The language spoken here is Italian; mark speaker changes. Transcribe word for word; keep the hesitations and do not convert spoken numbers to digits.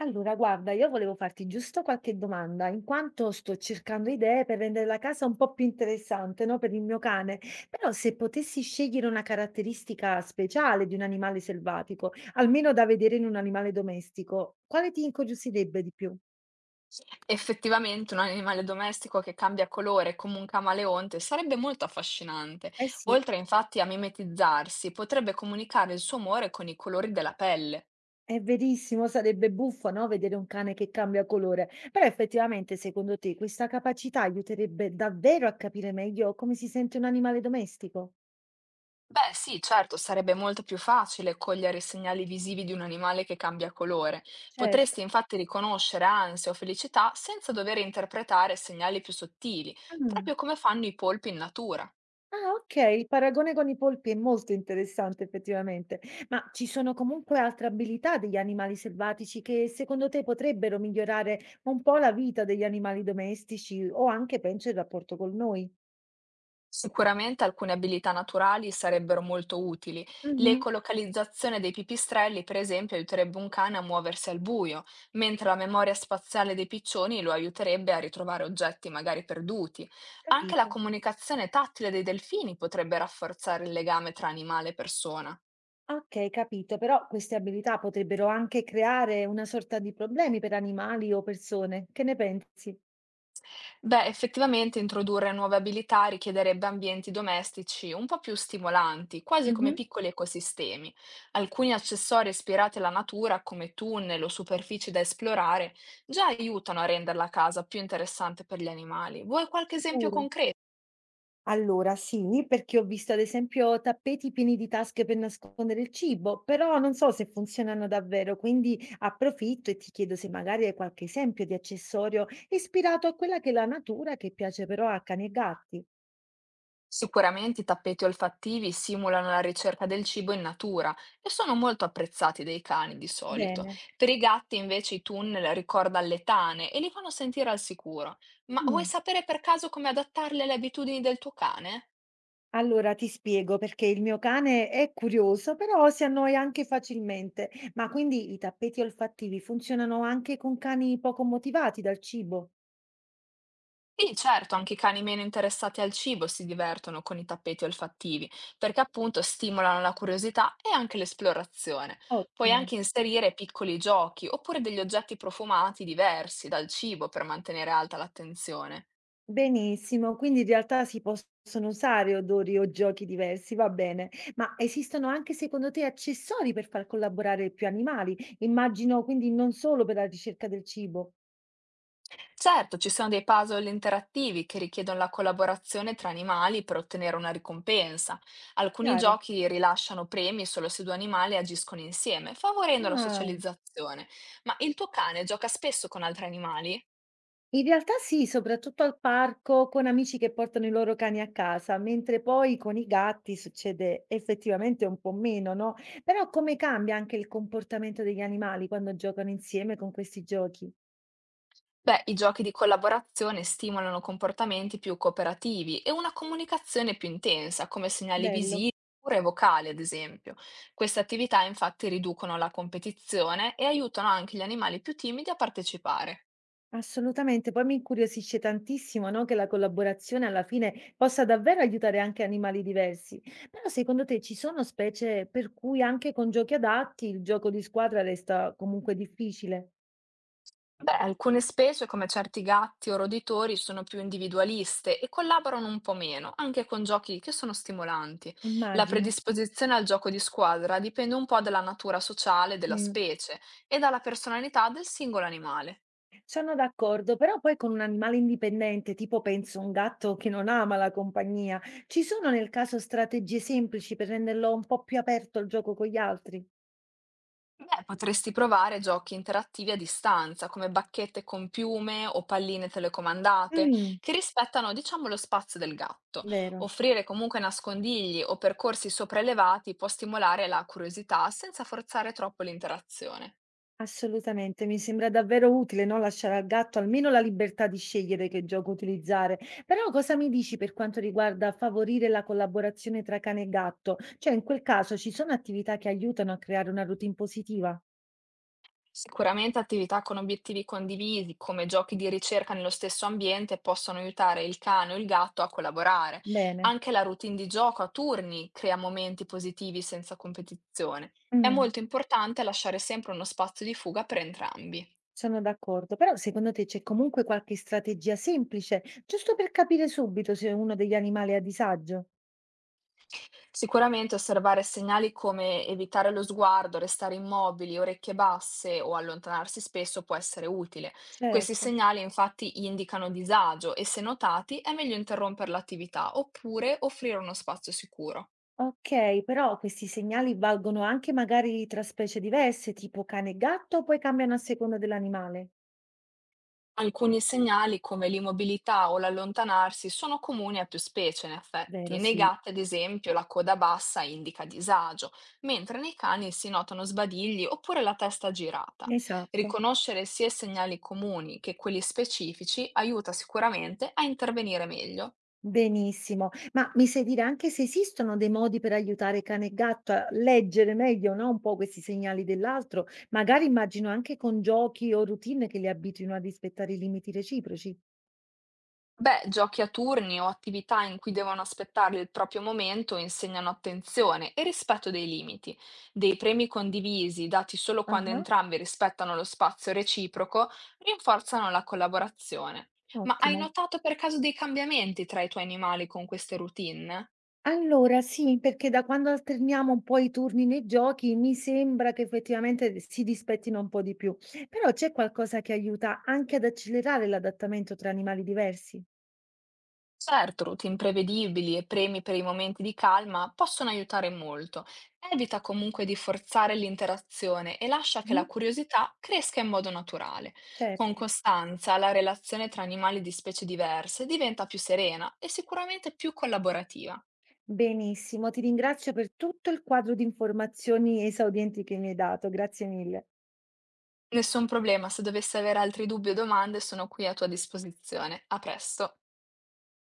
Speaker 1: Allora, guarda, io volevo farti giusto qualche domanda, in quanto sto cercando idee per rendere la casa un po' più interessante, no? Per il mio cane. Però se potessi scegliere una caratteristica speciale di un animale selvatico, almeno da vedere in un animale domestico, quale ti incuriosirebbe di più?
Speaker 2: Effettivamente un animale domestico che cambia colore come un camaleonte sarebbe molto affascinante.
Speaker 1: Eh sì,
Speaker 2: Oltre infatti a mimetizzarsi, potrebbe comunicare il suo umore con i colori della pelle.
Speaker 1: è verissimo, sarebbe buffo, no? Vedere un cane che cambia colore. Però effettivamente, secondo te, questa capacità aiuterebbe davvero a capire meglio come si sente un animale domestico?
Speaker 2: Beh, sì, certo, sarebbe molto più facile cogliere i segnali visivi di un animale che cambia colore.
Speaker 1: Certo.
Speaker 2: Potresti infatti riconoscere ansia o felicità senza dover interpretare segnali più sottili,
Speaker 1: Mm.
Speaker 2: proprio come fanno i polpi in natura.
Speaker 1: Ah, okay, il paragone con i polpi è molto interessante effettivamente. Ma ci sono comunque altre abilità degli animali selvatici che secondo te potrebbero migliorare un po' la vita degli animali domestici o anche penso il rapporto con noi?
Speaker 2: Sicuramente alcune abilità naturali sarebbero molto utili.
Speaker 1: Mh-mh.
Speaker 2: L'ecolocalizzazione dei pipistrelli, per esempio, aiuterebbe un cane a muoversi al buio, mentre la memoria spaziale dei piccioni lo aiuterebbe a ritrovare oggetti magari perduti. Anche la
Speaker 1: Capito.
Speaker 2: comunicazione tattile dei delfini potrebbe rafforzare il legame tra animale e persona.
Speaker 1: Okay, capito, però queste abilità potrebbero anche creare una sorta di problemi per animali o persone. Che ne pensi?
Speaker 2: Beh, effettivamente introdurre nuove abilità richiederebbe ambienti domestici un po' più stimolanti, quasi come
Speaker 1: Mh-mh.
Speaker 2: piccoli ecosistemi. Alcuni accessori ispirati alla natura, come tunnel o superfici da esplorare, già aiutano a rendere la casa più interessante per gli animali. Vuoi qualche esempio
Speaker 1: Sicuro.
Speaker 2: concreto?
Speaker 1: Allora sì, perché ho visto ad esempio tappeti pieni di tasche per nascondere il cibo, però non so se funzionano davvero, quindi approfitto e ti chiedo se magari hai qualche esempio di accessorio ispirato a quella che è la natura che piace però a cani e gatti.
Speaker 2: Sicuramente i tappeti olfattivi simulano la ricerca del cibo in natura e sono molto apprezzati dai cani di solito.
Speaker 1: Bene.
Speaker 2: Per i gatti invece i tunnel ricordano le tane e li fanno sentire al sicuro. Ma vuoi
Speaker 1: Mm.
Speaker 2: sapere per caso come adattarli alle abitudini del tuo cane?
Speaker 1: Allora ti spiego perché il mio cane è curioso, però si annoia anche facilmente, ma quindi i tappeti olfattivi funzionano anche con cani poco motivati dal cibo?
Speaker 2: Sì, certo, anche i cani meno interessati al cibo si divertono con i tappeti olfattivi, perché appunto stimolano la curiosità e anche l'esplorazione. Puoi
Speaker 1: Ottimo.
Speaker 2: anche inserire piccoli giochi oppure degli oggetti profumati diversi dal cibo per mantenere alta l'attenzione.
Speaker 1: Benissimo, quindi in realtà si possono usare odori o giochi diversi, va bene. Ma esistono anche secondo te accessori per far collaborare più animali? Immagino quindi non solo per la ricerca del cibo,
Speaker 2: Certo, ci sono dei puzzle interattivi che richiedono la collaborazione tra animali per ottenere una ricompensa. Alcuni
Speaker 1: chiaro?
Speaker 2: giochi rilasciano premi solo se due animali agiscono insieme, favorendo la
Speaker 1: Ah,
Speaker 2: socializzazione. Ma il tuo cane gioca spesso con altri animali?
Speaker 1: in realtà sì, soprattutto al parco con amici che portano i loro cani a casa, mentre poi con i gatti succede effettivamente un po' meno, no? Però come cambia anche il comportamento degli animali quando giocano insieme con questi giochi?
Speaker 2: Beh, i giochi di collaborazione stimolano comportamenti più cooperativi e una comunicazione più intensa, come segnali
Speaker 1: Bello.
Speaker 2: visivi oppure vocali, ad esempio. Queste attività infatti riducono la competizione e aiutano anche gli animali più timidi a partecipare.
Speaker 1: Assolutamente, poi mi incuriosisce tantissimo, no, che la collaborazione alla fine possa davvero aiutare anche animali diversi. Però secondo te ci sono specie per cui anche con giochi adatti il gioco di squadra resta comunque difficile?
Speaker 2: Beh, alcune specie, come certi gatti o roditori, sono più individualiste e collaborano un po' meno, anche con giochi che sono stimolanti. La
Speaker 1: Immagino.
Speaker 2: predisposizione al gioco di squadra dipende un po' dalla natura sociale della
Speaker 1: Mm.
Speaker 2: specie e dalla personalità del singolo animale.
Speaker 1: Sono d'accordo, però poi con un animale indipendente, tipo penso un gatto che non ama la compagnia, ci sono nel caso strategie semplici per renderlo un po' più aperto al gioco con gli altri?
Speaker 2: Beh, potresti provare giochi interattivi a distanza, come bacchette con piume o palline telecomandate,
Speaker 1: Mm,
Speaker 2: che rispettano, diciamo, lo spazio del gatto.
Speaker 1: vero.
Speaker 2: Offrire comunque nascondigli o percorsi sopraelevati può stimolare la curiosità senza forzare troppo l'interazione.
Speaker 1: Assolutamente, mi sembra davvero utile, no, lasciare al gatto almeno la libertà di scegliere che gioco utilizzare. Però cosa mi dici per quanto riguarda favorire la collaborazione tra cane e gatto? Cioè, in quel caso ci sono attività che aiutano a creare una routine positiva?
Speaker 2: Sicuramente attività con obiettivi condivisi, come giochi di ricerca nello stesso ambiente, possono aiutare il cane o il gatto a collaborare.
Speaker 1: Bene.
Speaker 2: Anche la routine di gioco a turni crea momenti positivi senza competizione. È
Speaker 1: Mm,
Speaker 2: molto importante lasciare sempre uno spazio di fuga per entrambi.
Speaker 1: sono d'accordo. Però secondo te c'è comunque qualche strategia semplice, giusto per capire subito se uno degli animali è a disagio?
Speaker 2: Sicuramente osservare segnali come evitare lo sguardo, restare immobili, orecchie basse o allontanarsi spesso può essere utile. Questi
Speaker 1: Certo.
Speaker 2: segnali infatti indicano disagio e se notati è meglio interrompere l'attività oppure offrire uno spazio sicuro.
Speaker 1: Okay, però questi segnali valgono anche magari tra specie diverse, tipo cane e gatto, o poi cambiano a seconda dell'animale?
Speaker 2: Alcuni segnali come l'immobilità o l'allontanarsi sono comuni a più specie, in
Speaker 1: Vero,
Speaker 2: effetti. Nei
Speaker 1: sì,
Speaker 2: gatti, ad esempio, la coda bassa indica disagio, mentre nei cani si notano sbadigli oppure la testa girata.
Speaker 1: esatto.
Speaker 2: Riconoscere sia i segnali comuni che quelli specifici aiuta sicuramente a intervenire meglio.
Speaker 1: Benissimo. Ma mi sai dire anche se esistono dei modi per aiutare cane e gatto a leggere meglio, no, un po' questi segnali dell'altro? Magari immagino anche con giochi o routine che li abituino a rispettare i limiti reciproci.
Speaker 2: Beh, giochi a turni o attività in cui devono aspettare il proprio momento insegnano attenzione e rispetto dei limiti. Dei premi condivisi, dati solo quando
Speaker 1: Ah,
Speaker 2: entrambi rispettano lo spazio reciproco, rinforzano la collaborazione. Ma hai
Speaker 1: ottimo.
Speaker 2: notato per caso dei cambiamenti tra i tuoi animali con queste routine?
Speaker 1: Allora sì, perché da quando alterniamo un po' i turni nei giochi, mi sembra che effettivamente si dispettino un po' di più. Però c'è qualcosa che aiuta anche ad accelerare l'adattamento tra animali diversi?
Speaker 2: Certo, routine prevedibili e premi per i momenti di calma possono aiutare molto. Evita comunque di forzare l'interazione e lascia che
Speaker 1: Mhm,
Speaker 2: la curiosità cresca in modo naturale. Con
Speaker 1: certo.
Speaker 2: costanza, la relazione tra animali di specie diverse diventa più serena e sicuramente più collaborativa.
Speaker 1: Benissimo, ti ringrazio per tutto il quadro di informazioni esaudienti che mi hai dato, grazie mille.
Speaker 2: Nessun problema, se dovessi avere altri dubbi o domande sono qui a tua disposizione. A presto.